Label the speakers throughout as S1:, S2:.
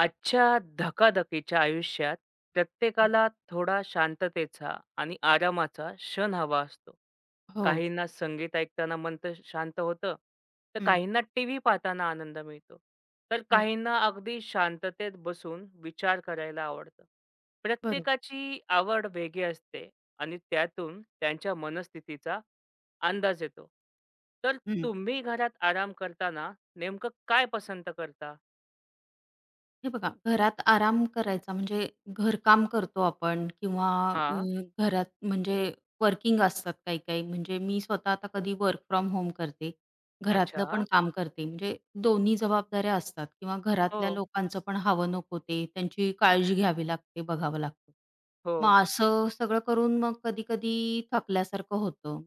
S1: आजच्या धकाधकीच्या आयुष्यात
S2: हं,
S1: प्रत्येकाला थोडा शांततेचा आणि आरामाचा क्षण हवा असतो.
S2: हो.
S1: काहींना संगीत ऐकताना मन तर शांत होतं, तर
S2: हं.
S1: काहींना टीव्ही पाहताना आनंद मिळतो. तर
S2: हो,
S1: काहींना अगदी शांततेत बसून विचार करायला आवडतं.
S2: बरोबर.
S1: प्रत्येकाची आवड वेगळी असते आणि त्यातून त्यांच्या मनस्थितीचा अंदाज येतो. तर
S2: हं.
S1: तुम्ही घरात आराम करताना नेमकं काय पसंत करता?
S2: हे बघा, घरात आराम करायचा म्हणजे घरकाम करतो आपण किंवा अ,
S1: हां.
S2: घरात म्हणजे वर्किंग असतात काही-काही. म्हणजे मी स्वतः आता कधी वर्क फ्रॉम होम करते. घरातलं पण
S1: अच्छा.
S2: काम करते. म्हणजे दोन्ही जबाबदाऱ्या असतात किंवा घरातल्या
S1: हो,
S2: लोकांचं पण हवं नको ते त्यांची काळजी घ्यावी लागते, बघावं लागतं.
S1: हो.
S2: मग असं सगळं करून मग कधी-कधी थकल्यासारखं होतं.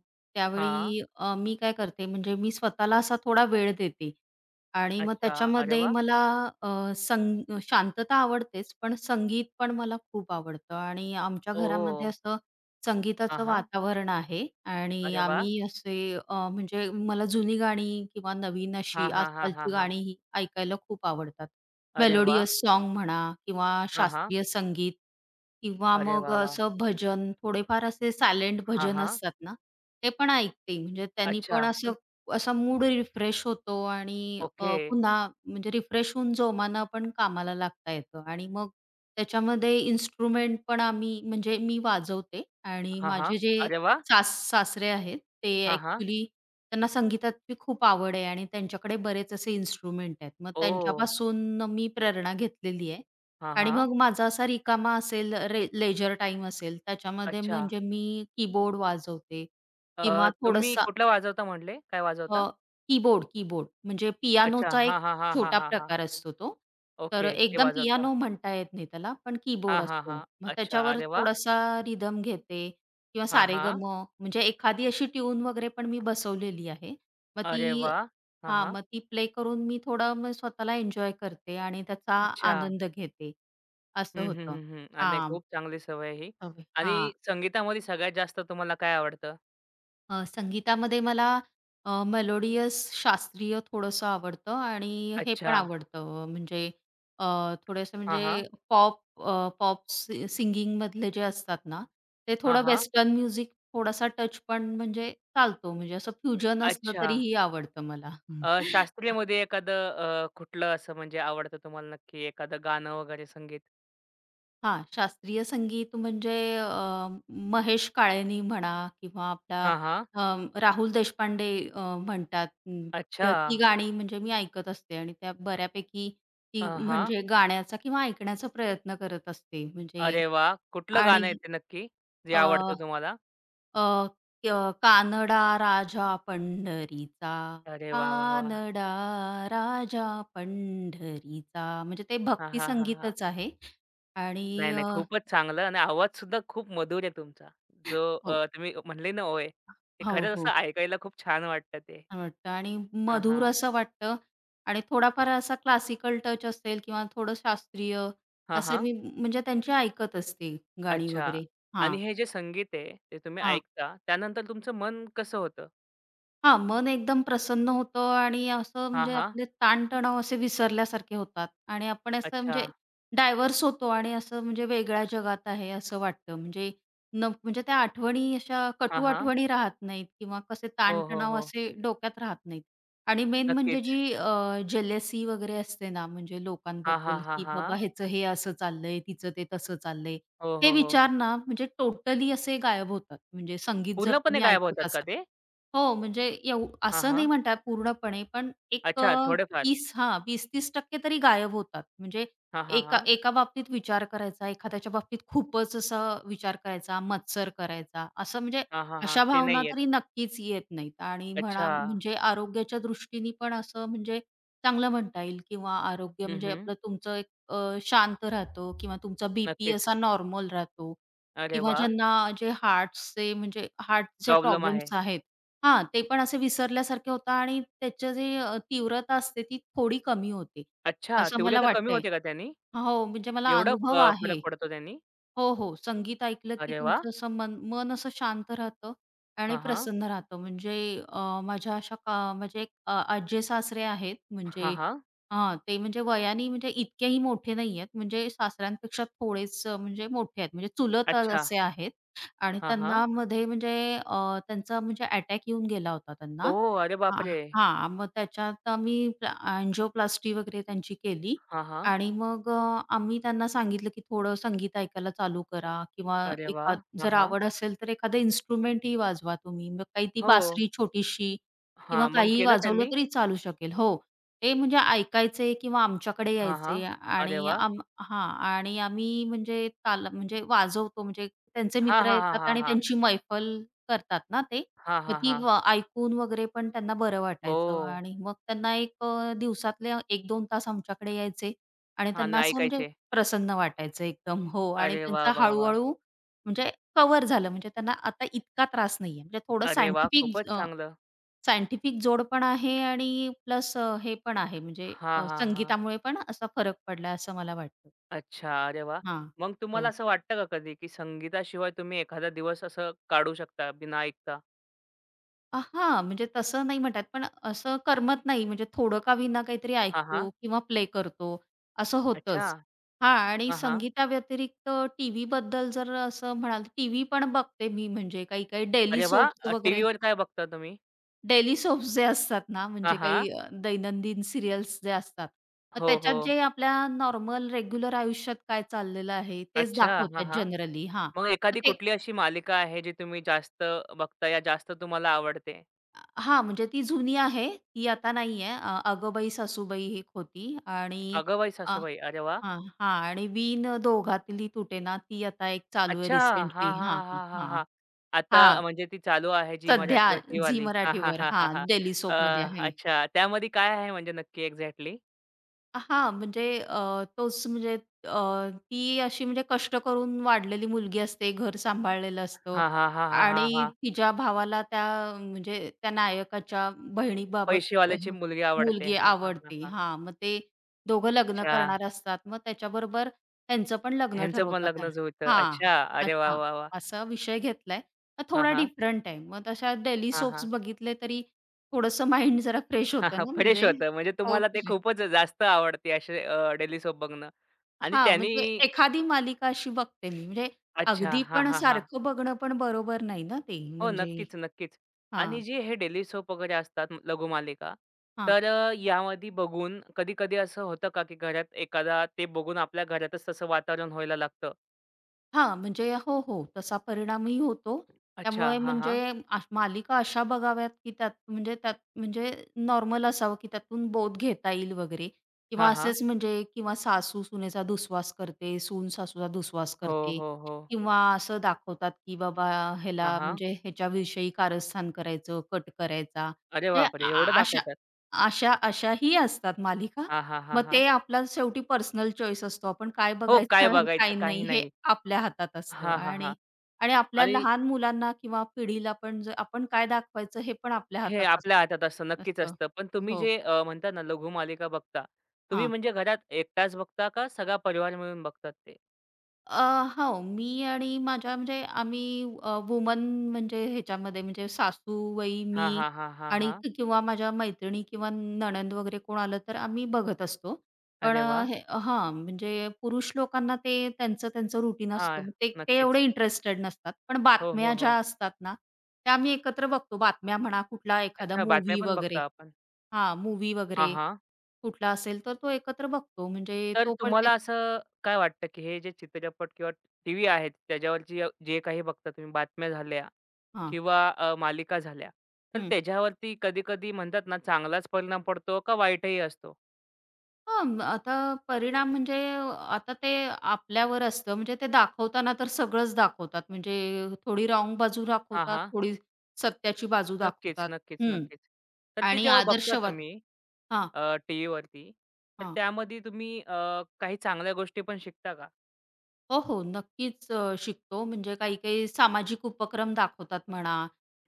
S1: हां.
S2: त्यावेळी मी काय करते म्हणजे मी स्वतःला असा थोडा वेळ देते आणि मग
S1: अच्छा. अरे
S2: त्याच्यामध्ये
S1: वाह!
S2: मला अ, संग शांतता आवडतेच, पण संगीत पण मला खूप आवडतं आणि आमच्या
S1: ओह!
S2: घरामध्ये असं
S1: हां,
S2: संगीताचं
S1: हां.
S2: वातावरण आहे आणि
S1: अरे वाह!
S2: आम्ही असे म्हणजे मला जुनी गाणी किंवा नवीन
S1: हां,
S2: अशी
S1: हां, हां, हां,
S2: आजकालची
S1: हां.
S2: गाणी ही ऐकायला खूप आवडतात.
S1: अरे वाह!
S2: मेलोडियस सॉन्ग म्हणा किंवा
S1: हां, हां.
S2: शास्त्रीय संगीत. किंवा
S1: अरे
S2: मग
S1: वाह, वाह!
S2: असं भजन, थोडेफार असे सायलेंट
S1: हां,
S2: भजन
S1: हां.
S2: असतात ना, ते पण ऐकते. म्हणजे त्यांनी
S1: अच्छा.
S2: पण असं
S1: पण
S2: असा मूड रिफ्रेश होतो आणि
S1: ओके.
S2: पुन्हा म्हणजे रिफ्रेश होऊन जोमानं आपण कामाला लागता येतं आणि मग त्याच्यामध्ये इन्स्ट्रुमेंट पण आम्ही म्हणजे मी वाजवते आणि
S1: हां, हां.
S2: माझे जे
S1: अरे वाह!
S2: सासरे आहेत, ते
S1: हां, हां.
S2: ॲक्चुअली त्यांना संगीताची खूप आवड आहे आणि त्यांच्याकडे बरेच असे इन्स्ट्रुमेंट आहेत. मग
S1: ओह!
S2: त्यांच्यापासून मी प्रेरणा घेतलेली आहे
S1: हां,
S2: आणि
S1: हां.
S2: मग माझा असा रिकामा असेल रे लेजर टाईम असेल, त्याच्यामध्ये
S1: अच्छा.
S2: म्हणजे मी कीबोर्ड वाजवते किंवा
S1: तुम्ही
S2: थोडंसा
S1: कुठलं वाजवता म्हटले? काय वाजवता?
S2: अ, कीबोर्ड, कीबोर्ड म्हणजे
S1: अच्छा.
S2: पियानोचा
S1: हां,
S2: एक
S1: हां, हां, हां,
S2: छोटा
S1: हां, हां.
S2: प्रकार असतो तो. तर
S1: ओके. ते
S2: एकदम
S1: वाजवता.
S2: पियानो म्हणता येत नाही त्याला, पण कीबोर्ड
S1: हां, हां,
S2: असतो.
S1: हां.
S2: मग
S1: अच्छा.
S2: त्याच्यावर
S1: अरे वाह!
S2: थोडासा रिदम घेते किंवा
S1: हां,
S2: सारेगम
S1: हां.
S2: म्हणजे एखादी अशी ट्यून वगैरे पण मी बसवलेली आहे. मग ती
S1: अरे वाह! हां,
S2: हां,
S1: हां.
S2: मग ती प्ले करून मी थोडं मग स्वतःला एन्जॉय करते आणि त्याचा
S1: अच्छा.
S2: आनंद घेते. असं
S1: हं, हं,
S2: होतं.
S1: हं, हं. नाही,
S2: हां,
S1: खूप चांगली सवय आहे ही.
S2: सवय
S1: आणि
S2: हां.
S1: संगीतामध्ये सगळ्यात जास्त तुम्हाला काय आवडतं?
S2: संगीतामध्ये मला मेलोडियस शास्त्रीय थोडंसं आवडतं आणि हे
S1: अच्छा.
S2: पण आवडतं म्हणजे अ, थोडेसे
S1: हां,
S2: म्हणजे
S1: हां.
S2: पॉप पॉप सिंगिंगमधले जे असतात ना, ते
S1: हां,
S2: थोडं
S1: हां.
S2: वेस्टर्न म्युझिक थोडासा टच पण म्हणजे चालतो म्हणजे असं फ्युजन असलं
S1: अच्छा.
S2: तरीही आवडतं मला.
S1: अ, शास्त्रीयमध्ये एखादं कुठलं असं म्हणजे आवडतं तुम्हाला नक्की एखादं गाणं वगैरे संगीत?
S2: हां, शास्त्रीय संगीत म्हणजे महेश काळेनी म्हणा किंवा आपला
S1: हां, हां.
S2: अ, राहुल देशपांडे अ, म्हणतात. अं, त
S1: अच्छा.
S2: ती गाणी म्हणजे मी ऐकत असते आणि त्या बऱ्यापैकी ती
S1: हां.
S2: म्हणजे गाण्याचा किंवा ऐकण्याचा प्रयत्न करत असते. म्हणजे
S1: अरे वाह! कुठलं
S2: आणि
S1: गाणं आहे ते नक्की, जे
S2: अ,
S1: आवडतं तुम्हाला?
S2: अ, अ, "कानडा राजा पंढरीचा,
S1: अरे वाह, वाह, वाह!
S2: कानडा राजा पंढरीचा" म्हणजे ते
S1: हां,
S2: भक्ती
S1: हां, हां, हां.
S2: संगीतच आहे आणि
S1: नाही, नाही,
S2: अ,
S1: खूपच चांगलं आणि आवाजसुद्धा खूप मधुर आहे तुमचा. जो
S2: हो.
S1: तुम्ही म्हणले ना, "ओय" ते
S2: हो,
S1: खरंच असं
S2: हो.
S1: ऐकायला खूप छान वाटतं ते.
S2: छान वाटतं आणि
S1: हां,
S2: मधुर
S1: हां.
S2: असं वाटतं आणि थोडाफार असा क्लासिकल टच असेल किंवा थोडं शास्त्रीय
S1: हां,
S2: असं
S1: हां.
S2: मी म्हणजे त्यांची ऐकत असते गाणी
S1: अच्छा.
S2: वगैरे.
S1: आणि
S2: हां,
S1: हे जे संगीत आहे, ते तुम्ही
S2: हां.
S1: ऐकता, त्यानंतर तुमचं मन कसं होतं?
S2: हां, मन एकदम प्रसन्न होतं आणि असं
S1: हां,
S2: म्हणजे
S1: हां.
S2: आपले ताणतणाव असे विसरल्यासारखे होतात आणि आपण असं
S1: अच्छा.
S2: म्हणजे डायव्हर्स होतो आणि असं म्हणजे वेगळ्या जगात आहे असं वाटतं. म्हणजे न म्हणजे त्या आठवणी अशा
S1: हां,
S2: कटू
S1: हां.
S2: आठवणी राहत नाहीत किंवा कसे
S1: हो, हो,
S2: ताणतणाव
S1: हो.
S2: असे डोक्यात राहत नाहीत. आणि मेन म्हणजे
S1: नक्कीच.
S2: जी वगैरे असते ना, म्हणजे
S1: हां, हां,
S2: लोकांबद्दल,
S1: हां,
S2: की बाबा
S1: हां.
S2: ह्याचं हे असं चाललंय, तिचं ते तसं चाललंय.
S1: हो,
S2: हे
S1: हो, हो.
S2: विचार ना म्हणजे टोटली असे गायब होतात. म्हणजे संगीत जर
S1: पूर्णपणे
S2: तुम्ही
S1: गायब होतात
S2: ऐकत
S1: का
S2: असाल
S1: ते?
S2: हो, म्हणजे एव
S1: हां,
S2: असं नाही
S1: हां.
S2: म्हणता पूर्णपणे, पण एक
S1: अच्छा, थोडेफार.
S2: 30 हां, 20-30% तरी गायब होतात. म्हणजे
S1: हां, हां,
S2: एका
S1: हां.
S2: एका बाबतीत विचार करायचा, एखाद्याच्या बाबतीत खूपच असा विचार करायचा, मत्सर करायचा, असं म्हणजे
S1: हां, हां, हां.
S2: अशा
S1: ते
S2: भावना
S1: नाही आहेत.
S2: तरी नक्कीच येत नाहीत. आणि म्हणा
S1: अच्छा.
S2: म्हणजे आरोग्याच्या दृष्टीने पण असं म्हणजे चांगलं म्हणता येईल किंवा आरोग्य
S1: हं,
S2: म्हणजे
S1: हं.
S2: आपलं तुमचं एक शांत राहतो किंवा तुमचा बी
S1: नक्कीच.
S2: असा नॉर्मल राहतो
S1: अरे
S2: किंवा
S1: वाह!
S2: ज्यांना जे हार्टचे
S1: प्रॉब्लेम आहे.
S2: प्रॉब्लेम्स आहेत हां, ते पण असे विसरल्यासारखे होतं आणि त्याची जी तीव्रता असते ती थोडी कमी होते,
S1: अच्छा,
S2: असं मला
S1: तीव्रता कमी
S2: वाटतंय.
S1: होते का त्यानी?
S2: हो, म्हणजे मला
S1: एवढा
S2: अनुभव
S1: फरक
S2: आहे.
S1: पडतो त्यांनी?
S2: हो, हो. संगीत ऐकलं की
S1: अरे वाह!
S2: तुमचं असं मन मन असं शांत राहतं आणि
S1: हां, हां.
S2: प्रसन्न राहतं. म्हणजे माझ्या अशा का म्हणजे आज्जे-सासरे आहेत
S1: हां,
S2: म्हणजे
S1: हां.
S2: हां, ते म्हणजे वयाने म्हणजे इतकेही मोठे नाही आहेत. म्हणजे सासऱ्यांपेक्षा थोडेच म्हणजे मोठे आहेत. म्हणजे चुलत
S1: अच्छा.
S2: असे आहेत आणि
S1: हां, हां.
S2: त्यांना मध्ये म्हणजे त्यांचा म्हणजे अटॅक येऊन गेला होता त्यांना.
S1: ओह! अरे
S2: हां,
S1: बापरे!
S2: हां. मग त्याच्यात आम्ही अँजिओप्लास्टी वगैरे त्यांची केली
S1: हां, हां.
S2: आणि मग आम्ही त्यांना सांगितलं, की थोडं संगीत ऐकायला चालू करा किंवा
S1: अरे वाह!
S2: एखाद
S1: हां,
S2: जर
S1: हां.
S2: आवड असेल तर एखादं इन्स्ट्रुमेंटही वाजवा तुम्ही. मग काही ती
S1: हो.
S2: बासरी छोटीशी
S1: हां,
S2: किंवा
S1: मग
S2: काहीही
S1: केलं
S2: वाजवलं
S1: त्यांनी?
S2: तरी चालू शकेल. हो. ते म्हणजे ऐकायचे किंवा आमच्याकडे
S1: हां, हां.
S2: यायचे
S1: अरे
S2: आणि
S1: वाह!
S2: हां. आणि आम्ही म्हणजे ताल म्हणजे वाजवतो म्हणजे त्यांचे
S1: हां,
S2: मित्र
S1: हां, हां,
S2: येतात
S1: हां,
S2: आणि
S1: हां.
S2: त्यांची मैफल करतात ना ते.
S1: हां,
S2: मग
S1: हां,
S2: ती
S1: हां.
S2: व ऐकून वगैरे पण त्यांना बरं वाटायचं
S1: ओह!
S2: आणि मग त्यांना एक दिवसातले एक 2 तास आमच्याकडे यायचे आणि
S1: हां,
S2: त्यांना
S1: नाही
S2: असं म्हणजे
S1: ऐकायचे.
S2: प्रसन्न वाटायचं एकदम. हो आणि
S1: अरे वाह,
S2: त्यांचा
S1: वाह, वाह!
S2: हळू-हळू म्हणजे कव्हर झालं. म्हणजे त्यांना आता इतका त्रास नाहीये. म्हणजे थोडं
S1: अरे वाह!
S2: सायंटिफिक
S1: खूपच चांगलं.
S2: सायंटिफिक जोड पण आहे आणि प्लस हे पण आहे म्हणजे
S1: हां, हां, हां.
S2: संगीतामुळे पण असा फरक पडला असं मला वाटतं.
S1: अच्छा, अरे वाह!
S2: हां.
S1: मग तुम्हाला
S2: हो.
S1: असं वाटतं का कधी, की संगीताशिवाय तुम्ही एखादा दिवस असं काढू शकता बिना ऐकता?
S2: हां, म्हणजे तसं नाही म्हणतात, पण असं करमत नाही. म्हणजे थोडं का होईना काहीतरी
S1: हां, हां.
S2: ऐकतो किंवा प्ले करतो, असं
S1: अच्छा.
S2: होतंच. हां आणि
S1: हां, हां.
S2: संगीताव्यतिरिक्त टीव्हीबद्दल जर असं म्हणाल, टीव्ही पण बघते मी म्हणजे काही-काही डेली
S1: अरे
S2: सोप्स
S1: वाह!
S2: वगैरे
S1: टीव्हीवर काय बघता तुम्ही?
S2: डेली सोप्स जे असतात ना,
S1: हां,
S2: म्हणजे
S1: हां.
S2: काही दैनंदिन सीरियल्स जे असतात. मग
S1: हो, हो.
S2: त्याच्यात जे आपल्या नॉर्मल रेग्युलर आयुष्यात काय चाललेलं आहे, तेच
S1: अच्छा. हां,
S2: दाखवतात
S1: हां.
S2: जनरली. हां,
S1: मग
S2: मग
S1: एखादी
S2: ते
S1: कुठली अशी मालिका आहे जी तुम्ही जास्त बघता या जास्त तुम्हाला आवडते?
S2: हां, म्हणजे ती जुनी आहे. ती आता नाहीये. "अगोबाई सासूबाई" ही एक होती आणि
S1: "अगं बाई
S2: अ,
S1: सासूबाई." अरे वाह!
S2: हां, हां आणि "विण दोघातली तुटे ना ती आता एक चालू आहे
S1: अच्छा. हां,
S2: रिसेंटली. हां,
S1: हां,
S2: हां,
S1: हां, हां,
S2: हां.
S1: हां. आता
S2: हां,
S1: म्हणजे ती चालू आहे झी
S2: सध्या
S1: मराठीवर ती
S2: झी
S1: वाली. हां, हां,
S2: मराठीवर
S1: हां, हां, हां.
S2: हां, डेली सोपमध्ये आहे.
S1: अच्छा. त्यामध्ये काय आहे म्हणजे नक्की एक्झॅक्टली?
S2: हां, म्हणजे तोच म्हणजे ती अशी म्हणजे कष्ट करून वाढलेली मुलगी असते, घर सांभाळलेलं असतं
S1: हां, हां, हां, हां, हां,
S2: आणि
S1: हां.
S2: तिच्या भावाला त्या म्हणजे त्या नायकाच्या बहिणीबाबत अ,
S1: पैसेवाल्याची मुलगी आवडते.
S2: मुलगी
S1: हां, हां, हां,
S2: आवडते.
S1: हां.
S2: हां, मग ते दोघं लग्न
S1: अच्छा.
S2: करणार असतात. मग त्याच्याबरोबर त्यांचं पण लग्न
S1: ह्यांचं पण
S2: ठरवतात.
S1: लग्नच होतं.
S2: हां,
S1: अच्छा. अरे वाह,
S2: अच्छा.
S1: वाह, वाह!
S2: असा विषय घेतलाय. मग
S1: हां,
S2: थोडा
S1: हां.
S2: डिफरंट आहे. मग तशा डेली
S1: हां,
S2: सोप्स
S1: हां.
S2: बघितले तरी थोडंसं माइंड जरा फ्रेश
S1: हां,
S2: होतं
S1: हां.
S2: ना
S1: फ्रेश
S2: म्हणजे
S1: होतं. म्हणजे
S2: हो.
S1: तुम्हाला ते खूपच जास्त आवडते असे डेली सोप बघणं. आणि
S2: हां,
S1: त्यांनी
S2: म्हणजे एखादी मालिका अशी बघते मी. म्हणजे
S1: अच्छा.
S2: अगदी
S1: हां,
S2: पण
S1: हां, हां.
S2: सारखं बघणं पण बरोबर नाही ना ते
S1: हो,
S2: म्हणजे
S1: नक्कीच, नक्कीच. आणि
S2: हां,
S1: जे हे डेली सोप वगैरे असतात लघुमालिका, तर यामध्ये बघून कधी-कधी असं होतं का, की घरात एखादा ते बघून आपल्या घरातच तसं वातावरण व्हायला लागतं?
S2: हां, म्हणजे हो, हो. तसा परिणामही होतो.
S1: अच्छा.
S2: त्यामुळे
S1: हां, हां.
S2: म्हणजे मालिका अशा बघाव्यात, की त्यात म्हणजे त्यात म्हणजे नॉर्मल असावं, की त्यातून बोध घेता येईल वगैरे किंवा
S1: हां, हां.
S2: असेच म्हणजे किंवा सासू-सुनेचा दुस्वास करते, सून-सासूचा दुस्वास
S1: हो,
S2: करते
S1: हो, हो.
S2: किंवा असं दाखवतात, की बाबा
S1: हां,
S2: ह्याला
S1: हां.
S2: म्हणजे ह्याच्याविषयी कारस्थान करायचं, कट करायचा.
S1: अरे
S2: म्हणजे
S1: बापरे! एवढं
S2: अ अशा
S1: दाखवतात.
S2: अशा अशाही असतात मालिका.
S1: हां, हां, हां,
S2: मग
S1: हां.
S2: ते आपला शेवटी पर्सनल चॉईस असतो. आपण काय
S1: हो,
S2: बघायचं
S1: काय
S2: आणि
S1: बघायचं,
S2: काय
S1: काही
S2: नाही हे
S1: नाही.
S2: आपल्या हातात असतं
S1: हां, हां, हां.
S2: आणि आणि आपल्या
S1: आणि
S2: लहान मुलांना किंवा पिढीला पण जर आपण काय दाखवायचं हे पण आपल्या
S1: हे
S2: हातात
S1: आपल्या हातात असतं,
S2: असतं.
S1: नक्कीच
S2: असतं.
S1: असतं. पण तुम्ही
S2: हो.
S1: जे म्हणता ना लघुमालिका बघता, तुम्ही म्हणजे घरात एकटाच बघता का सगळा परिवार मिळून बघतात ते?
S2: अ, हो, मी आणि माझ्या म्हणजे आम्ही वुमन म्हणजे ह्याच्यामध्ये म्हणजे सासूबाई,
S1: हां,
S2: मी
S1: हां, हां, हां,
S2: आणि
S1: हां.
S2: किंवा माझ्या मैत्रिणी किंवा नणंद वगैरे कोण आलं तर आम्ही बघत असतो. पण
S1: अरे वाह!
S2: हे हां, म्हणजे पुरुष लोकांना ते त्यांचं त्यांचं रुटीन
S1: हां,
S2: असतं. मग ते ते एवढे
S1: नक्कीच.
S2: इंटरेस्टेड नसतात. पण
S1: हो, हो,
S2: बातम्या ज्या
S1: हो.
S2: असतात ना, त्या आम्ही एकत्र बघतो. बातम्या म्हणा, कुठला एखादा
S1: अच्छा, बातम्या
S2: मूव्ही
S1: पण
S2: वगैरे
S1: बघता आपण.
S2: हां, मूव्ही
S1: हां,
S2: वगैरे
S1: हां.
S2: कुठला असेल तर तो एकत्र बघतो. म्हणजे
S1: तर
S2: तो पण ते
S1: तुम्हाला असं काय वाटतं, की हे जे चित्रपट किंवा टीव्ही आहेत त्याच्यावरची अ- जे काही बघता तुम्ही बातम्या झाल्या
S2: हां,
S1: किंवा मालिका झाल्या, तर त्याच्यावरती कधी-कधी म्हणतात ना चांगलाच परिणाम पडतो का वाईटही असतो?
S2: हां, मग आता परिणाम म्हणजे आता ते आपल्यावर असतं. म्हणजे ते दाखवताना तर सगळंच दाखवतात. म्हणजे थोडी रॉन्ग बाजू
S1: हां,
S2: दाखवतात,
S1: हां.
S2: थोडी सत्याची बाजू
S1: नक्कीच,
S2: दाखवतात.
S1: नक्कीच,
S2: हं.
S1: नक्कीच. तर ते
S2: आणि
S1: जेव्हा बघता
S2: आदर्शवाद
S1: तुम्ही
S2: हां,
S1: टीव्हीवरती, तर
S2: हां.
S1: त्यामध्ये तुम्ही काही चांगल्या गोष्टी पण शिकता का?
S2: हो, हो. नक्कीच शिकतो. म्हणजे काही-काही सामाजिक उपक्रम दाखवतात म्हणा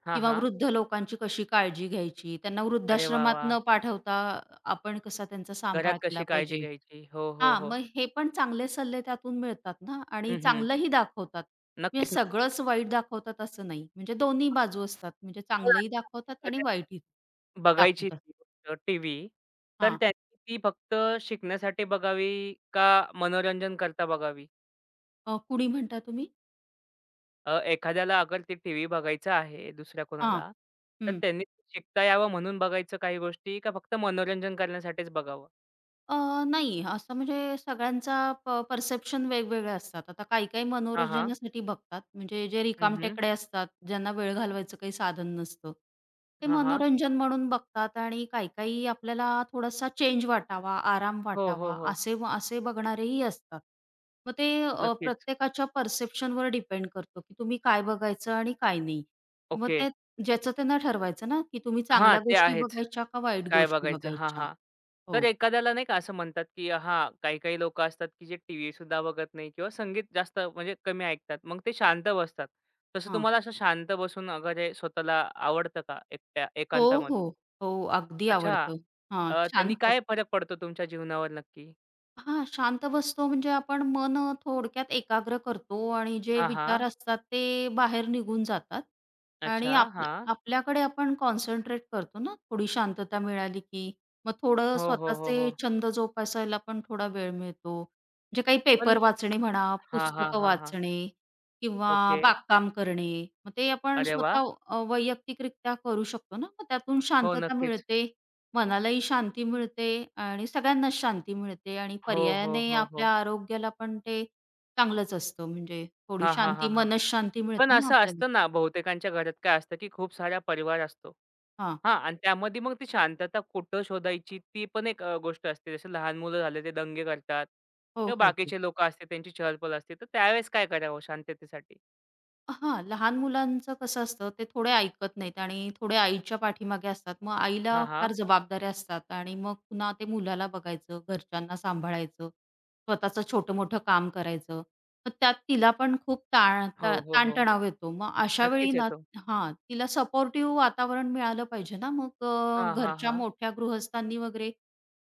S1: हां,
S2: किंवा
S1: हां.
S2: वृद्ध लोकांची कशी काळजी घ्यायची, त्यांना
S1: अरे वाह,
S2: वृद्धाश्रमात
S1: वाह!
S2: न पाठवता आपण कसा त्यांचा
S1: घरात
S2: सांभाळ
S1: कशी
S2: केला
S1: काळजी
S2: पाहिजे.
S1: घ्यायची. हो, हो,
S2: हां,
S1: हो.
S2: मग हे पण चांगले सल्ले त्यातून मिळतात ना आणि
S1: हं, हं.
S2: चांगलंही दाखवतात. म्हणजे
S1: नक्कीच.
S2: सगळंच वाईट दाखवतात असं नाही. म्हणजे दोन्ही बाजू असतात. म्हणजे
S1: पण
S2: चांगलंही
S1: आता
S2: दाखवतात आणि
S1: एखाद्याने
S2: वाईटही
S1: बघायची
S2: दाखवतात.
S1: ती गोष्ट टीव्ही, तर
S2: हां.
S1: त्यांनी ती फक्त शिकण्यासाठी बघावी का मनोरंजन करता बघावी?
S2: कुणी म्हणता तुम्ही?
S1: एखाद्याला अगर ते टीव्ही बघायचा आहे दुसऱ्या
S2: हां.
S1: कोणाला, तर त्यांनी शिकता यावं म्हणून बघायचं काही गोष्टी का फक्त मनोरंजन करण्यासाठीच बघावं?
S2: अ, नाही, असं म्हणजे सगळ्यांचा परसेप्शन वेगवेगळे असतात. आता काही-काही
S1: हां, हां.
S2: मनोरंजनासाठी बघतात, म्हणजे जे
S1: हं, हं.
S2: रिकामटेकडे असतात, ज्यांना वेळ घालवायचं काही साधन नसतं, ते
S1: हां, हां.
S2: मनोरंजन म्हणून बघतात आणि काही-काही आपल्याला थोडासा चेंज वाटावा, आराम
S1: हो, हो,
S2: वाटावा,
S1: हो.
S2: असे असे बघणारेही असतात. मग ते
S1: नक्कीच.
S2: प्रत्येकाच्या परसेप्शनवर डिपेंड करतं, की तुम्ही काय बघायचं आणि काय नाही. मग
S1: ओके.
S2: ते ज्याचं त्यांना ठरवायचं ना, की तुम्ही
S1: हां,
S2: चांगल्या
S1: ते
S2: गोष्टी
S1: आहेच.
S2: बघायच्या का वाईट
S1: काय
S2: गोष्टी
S1: बघायचं? हां,
S2: बघायच्या?
S1: हां. तर
S2: हो.
S1: एखाद्याला नाही का असं म्हणतात, की हां, काही-काही लोकं असतात, की जे टीव्हीसुद्धा बघत नाही किंवा संगीत जास्त म्हणजे कमी ऐकतात. मग ते शांत बसतात. तसं
S2: हां.
S1: तुम्हाला असं शांत बसून वगैरे स्वतःला आवडतं का एकट्या
S2: हो, हो.
S1: एकांतामध्ये?
S2: हो, अगदी
S1: अच्छा.
S2: आवडतं. हां,
S1: त्यांनी
S2: शांत
S1: काय फरक पडतो तुमच्या जीवनावर नक्की?
S2: हां, शांत बसतो म्हणजे आपण मन थोडक्यात एकाग्र करतो आणि जे
S1: हां,
S2: विचार
S1: हां.
S2: असतात ते बाहेर निघून जातात आणि
S1: अच्छा.
S2: आपल्या
S1: हां.
S2: आपल्याकडे आपण कॉन्सन्ट्रेट करतो ना, थोडी शांतता मिळाली की मग थोडं
S1: हो, हो, हो, हो.
S2: स्वतःचे छंद जोपासायला पण थोडा वेळ मिळतो. म्हणजे काही
S1: पण
S2: पेपर वाचणे म्हणा,
S1: हां, हां,
S2: पुस्तकं
S1: हां, हां.
S2: वाचणे किंवा
S1: ओके.
S2: बागकाम करणे. मग ते आपण
S1: अरे वाह!
S2: स्वतः वैयक्तिकरित्या करू शकतो ना, मग त्यातून
S1: हो,
S2: शांतता
S1: नक्कीच.
S2: मिळते. मनालाही शांती मिळते आणि सगळ्यांनाच शांती मिळते आणि
S1: हो, हो,
S2: पर्यायाने
S1: हो, हो.
S2: आपल्या आरोग्याला पण ते चांगलंच असतं म्हणजे थोडी
S1: हां, हां, हां,
S2: शांती
S1: हां.
S2: मनःशांती
S1: पण
S2: मिळते ना
S1: असं
S2: आपल्याला.
S1: असतं ना, बहुतेकांच्या घरात काय असतं, की खूप सारा परिवार असतो.
S2: हां.
S1: हां, आणि त्यामध्ये मग ती शांतता कुठं शोधायची ती पण एक गोष्ट असते. जसं लहान मुलं झाले ते दंगे करतात
S2: हो,
S1: किंवा
S2: हो, हो.
S1: बाकीचे लोकं असते त्यांची चहल असते. तर त्यावेळेस काय करावं शांततेसाठी?
S2: हां, लहान मुलांचं कसं असतं, ते थोडे ऐकत नाहीत आणि थोडे आईच्या पाठीमागे असतात. मग आईला
S1: हां, हां.
S2: फार जबाबदाऱ्या असतात आणि मग पुन्हा ते मुलाला बघायचं, घरच्यांना सांभाळायचं, स्वतःचं छोटं-मोठं काम करायचं. मग त्यात तिला पण खूप
S1: हो, हो, हो.
S2: ताणतणाव येतो. मग अशा वेळी
S1: नक्कीच
S2: ना
S1: येतो.
S2: हां, तिला सपोर्टिव्ह वातावरण मिळालं पाहिजे ना. मग
S1: हां, हां,
S2: घरच्या
S1: हां.
S2: मोठ्या गृहस्थांनी वगैरे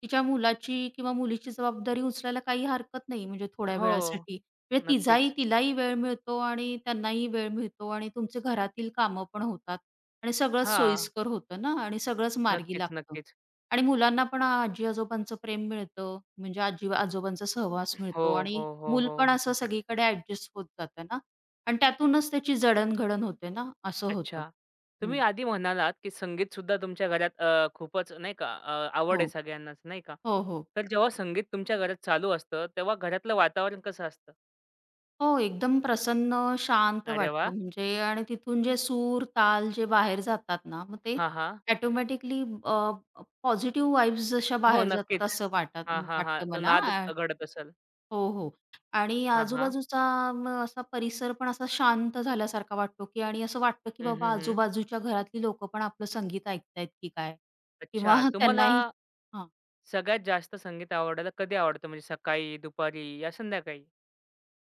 S2: तिच्या मुलाची किंवा मुलीची जबाबदारी उचलायला काही हरकत नाही म्हणजे थोड्या
S1: हो,
S2: वेळासाठी. म्हणजे
S1: नक्कीच.
S2: तिलाही वेळ मिळतो आणि त्यांनाही वेळ मिळतो आणि तुमचे घरातील कामं पण होतात आणि सगळंच
S1: हां,
S2: सोयीस्कर होतं ना आणि सगळंच मार्गी
S1: नक्कीच,
S2: लागतं.
S1: नक्कीच.
S2: आणि मुलांना पण आजी-आजोबांचं प्रेम मिळतं, म्हणजे आजी-आजोबांचा सहवास
S1: हो,
S2: मिळतो आणि
S1: हो, हो,
S2: मूल
S1: हो.
S2: पण असं सगळीकडे ॲडजस्ट होत जातं ना आणि त्यातूनच त्याची जडण होते ना, असं होतं.
S1: अच्छा. तुम्ही
S2: हं.
S1: आधी म्हणालात, की संगीतसुद्धा तुमच्या घरात खूपच नाही का आवड आहे
S2: हो.
S1: सगळ्यांनाच, नाही का?
S2: हो, हो.
S1: तर जेव्हा संगीत तुमच्या घरात चालू असतं, तेव्हा घरातलं वातावरण कसं असतं?
S2: हो, एकदम प्रसन्न, शांत
S1: अरे वाह!
S2: वाटतं म्हणजे आणि तिथून जे सूर, ताल जे बाहेर जातात ना, मग ते
S1: हां, हां.
S2: ऑटोमॅटिकली पॉझिटिव्ह वाइब्स जशा
S1: हो,
S2: बाहेर जातात
S1: नक्कीच.
S2: असं
S1: हां, हां, हां.
S2: वाटतं
S1: तो
S2: मला.
S1: नाद
S2: अ,
S1: घडत असेल.
S2: हो, हो. आणि
S1: हां, हां.
S2: आजूबाजूचा मग असा परिसर पण असा शांत झाल्यासारखा वाटतो, की आणि असं वाटतं, की
S1: हं,
S2: बाबा
S1: हं, हं.
S2: आजूबाजूच्या घरातली लोकं पण आपलं संगीत ऐकतायत की काय? किंवा
S1: अच्छा. तुम्हाला
S2: त्यांनाही
S1: सगळ्यात जास्त संगीत आवडायला कधी आवडतं? म्हणजे सकाळी, दुपारी या संध्याकाळी?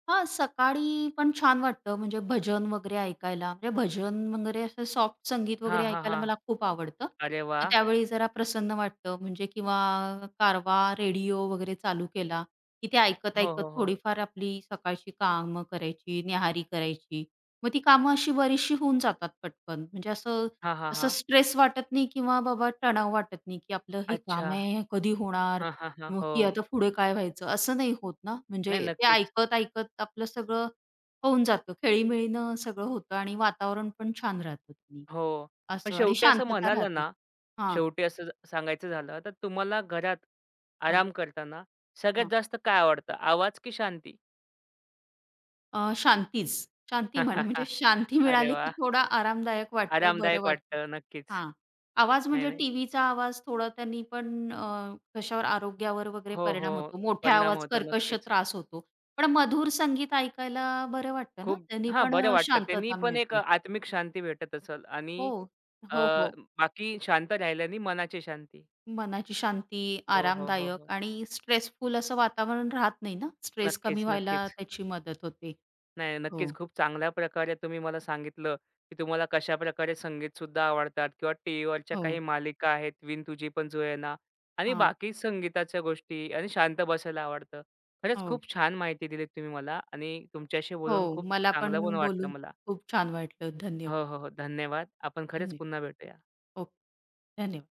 S2: हां, सकाळी पण छान वाटतं म्हणजे भजन वगैरे ऐकायला. म्हणजे भजन वगैरे असं सॉफ्ट संगीत
S1: हां,
S2: वगैरे
S1: हां,
S2: ऐकायला
S1: हां.
S2: मला खूप आवडतं.
S1: अरे
S2: मग
S1: वाह!
S2: त्यावेळी जरा प्रसन्न वाटतं म्हणजे किंवा कारवा, रेडिओ वगैरे चालू केला, की ते
S1: हो,
S2: ऐकत-ऐकत
S1: हो, हो.
S2: थोडीफार आपली सकाळची कामं करायची, न्याहारी करायची. मग ती कामं अशी बरीचशी होऊन जातात पटकन. म्हणजे असं
S1: हां, हां,
S2: असं
S1: हां.
S2: स्ट्रेस वाटत नाही किंवा बाबा तणाव वाटत नाही, की आपलं हे
S1: अच्छा.
S2: काम आहे, हे कधी होणार?
S1: हां, हां, हां.
S2: मग
S1: हो.
S2: की आता पुढे काय व्हायचं? असं नाही होत ना? म्हणजे
S1: नाही,
S2: ते
S1: नक्कीच.
S2: ऐकत-ऐकत आपलं सगळं होऊन जातं. खेळीमेळीनं सगळं होतं आणि वातावरण पण छान राहतं. त्यांनी
S1: हो. पण
S2: असं आणि
S1: शेवटी असं
S2: शांतता
S1: म्हणाला
S2: राहते.
S1: ना,
S2: हां,
S1: शेवटी असं सांगायचं झालं तर तुम्हाला घरात
S2: हां,
S1: आराम करताना सगळ्यात
S2: हां.
S1: जास्त काय आवडतं? आवाज की शांती?
S2: शांतीच. शांती म्हण म्हणजे शांती
S1: अरे
S2: मिळाली की
S1: वाह!
S2: थोडा आरामदायक वाटतं, बरं
S1: आरामदायक
S2: वाटतं.
S1: वाटतं नक्कीच.
S2: हां. आवाज
S1: नाही,
S2: म्हणजे
S1: नाही.
S2: टीव्हीचा आवाज थोडा त्यांनी पण कशावर आरोग्यावर वगैरे
S1: हो, हो.
S2: परिणाम होतो. मोठ्या
S1: परिणाम
S2: आवाज,
S1: होतो
S2: कर्कश
S1: नक्कीच.
S2: त्रास होतो. पण मधुर संगीत ऐकायला बरं वाटतं ना,
S1: खूप
S2: त्यांनी
S1: हां,
S2: पण
S1: बरं वाटतं. त्यांनी
S2: शांतता
S1: पण एक
S2: मिळते.
S1: आत्मिक शांती भेटत असेल
S2: हो.
S1: आणि अ,
S2: हो, हो.
S1: बाकी शांत राहिल्याने मनाची शांती.
S2: मनाची शांती,
S1: हो, हो, हो, हो.
S2: आरामदायक आणि स्ट्रेसफुल असं वातावरण राहत नाही ना. स्ट्रेस
S1: नक्कीच,
S2: कमी व्हायला
S1: नक्कीच.
S2: त्याची मदत होते.
S1: नाही,
S2: हो,
S1: नक्कीच. खूप चांगल्या प्रकारे तुम्ही मला सांगितलं, की तुम्हाला कशाप्रकारे संगीतसुद्धा आवडतात किंवा टीव्हीवरच्या
S2: हो.
S1: काही मालिका आहेत, "विन तुझी पण जुळेना" आणि
S2: हां,
S1: बाकी संगीताच्या गोष्टी आणि शांत बसायला आवडतं. खरंच
S2: हो.
S1: खूप छान माहिती दिलीत तुम्ही मला आणि तुमच्याशी
S2: हो,
S1: बोलून खूप
S2: मला पण
S1: चांगलं पण वाटलं
S2: बोलून
S1: मला.
S2: खूप छान वाटलं. धन्यवाद,
S1: हो, हो, हो. धन्यवाद. आपण खरंच
S2: धन्यवाद.
S1: पुन्हा भेटूया.
S2: ओके, धन्यवाद.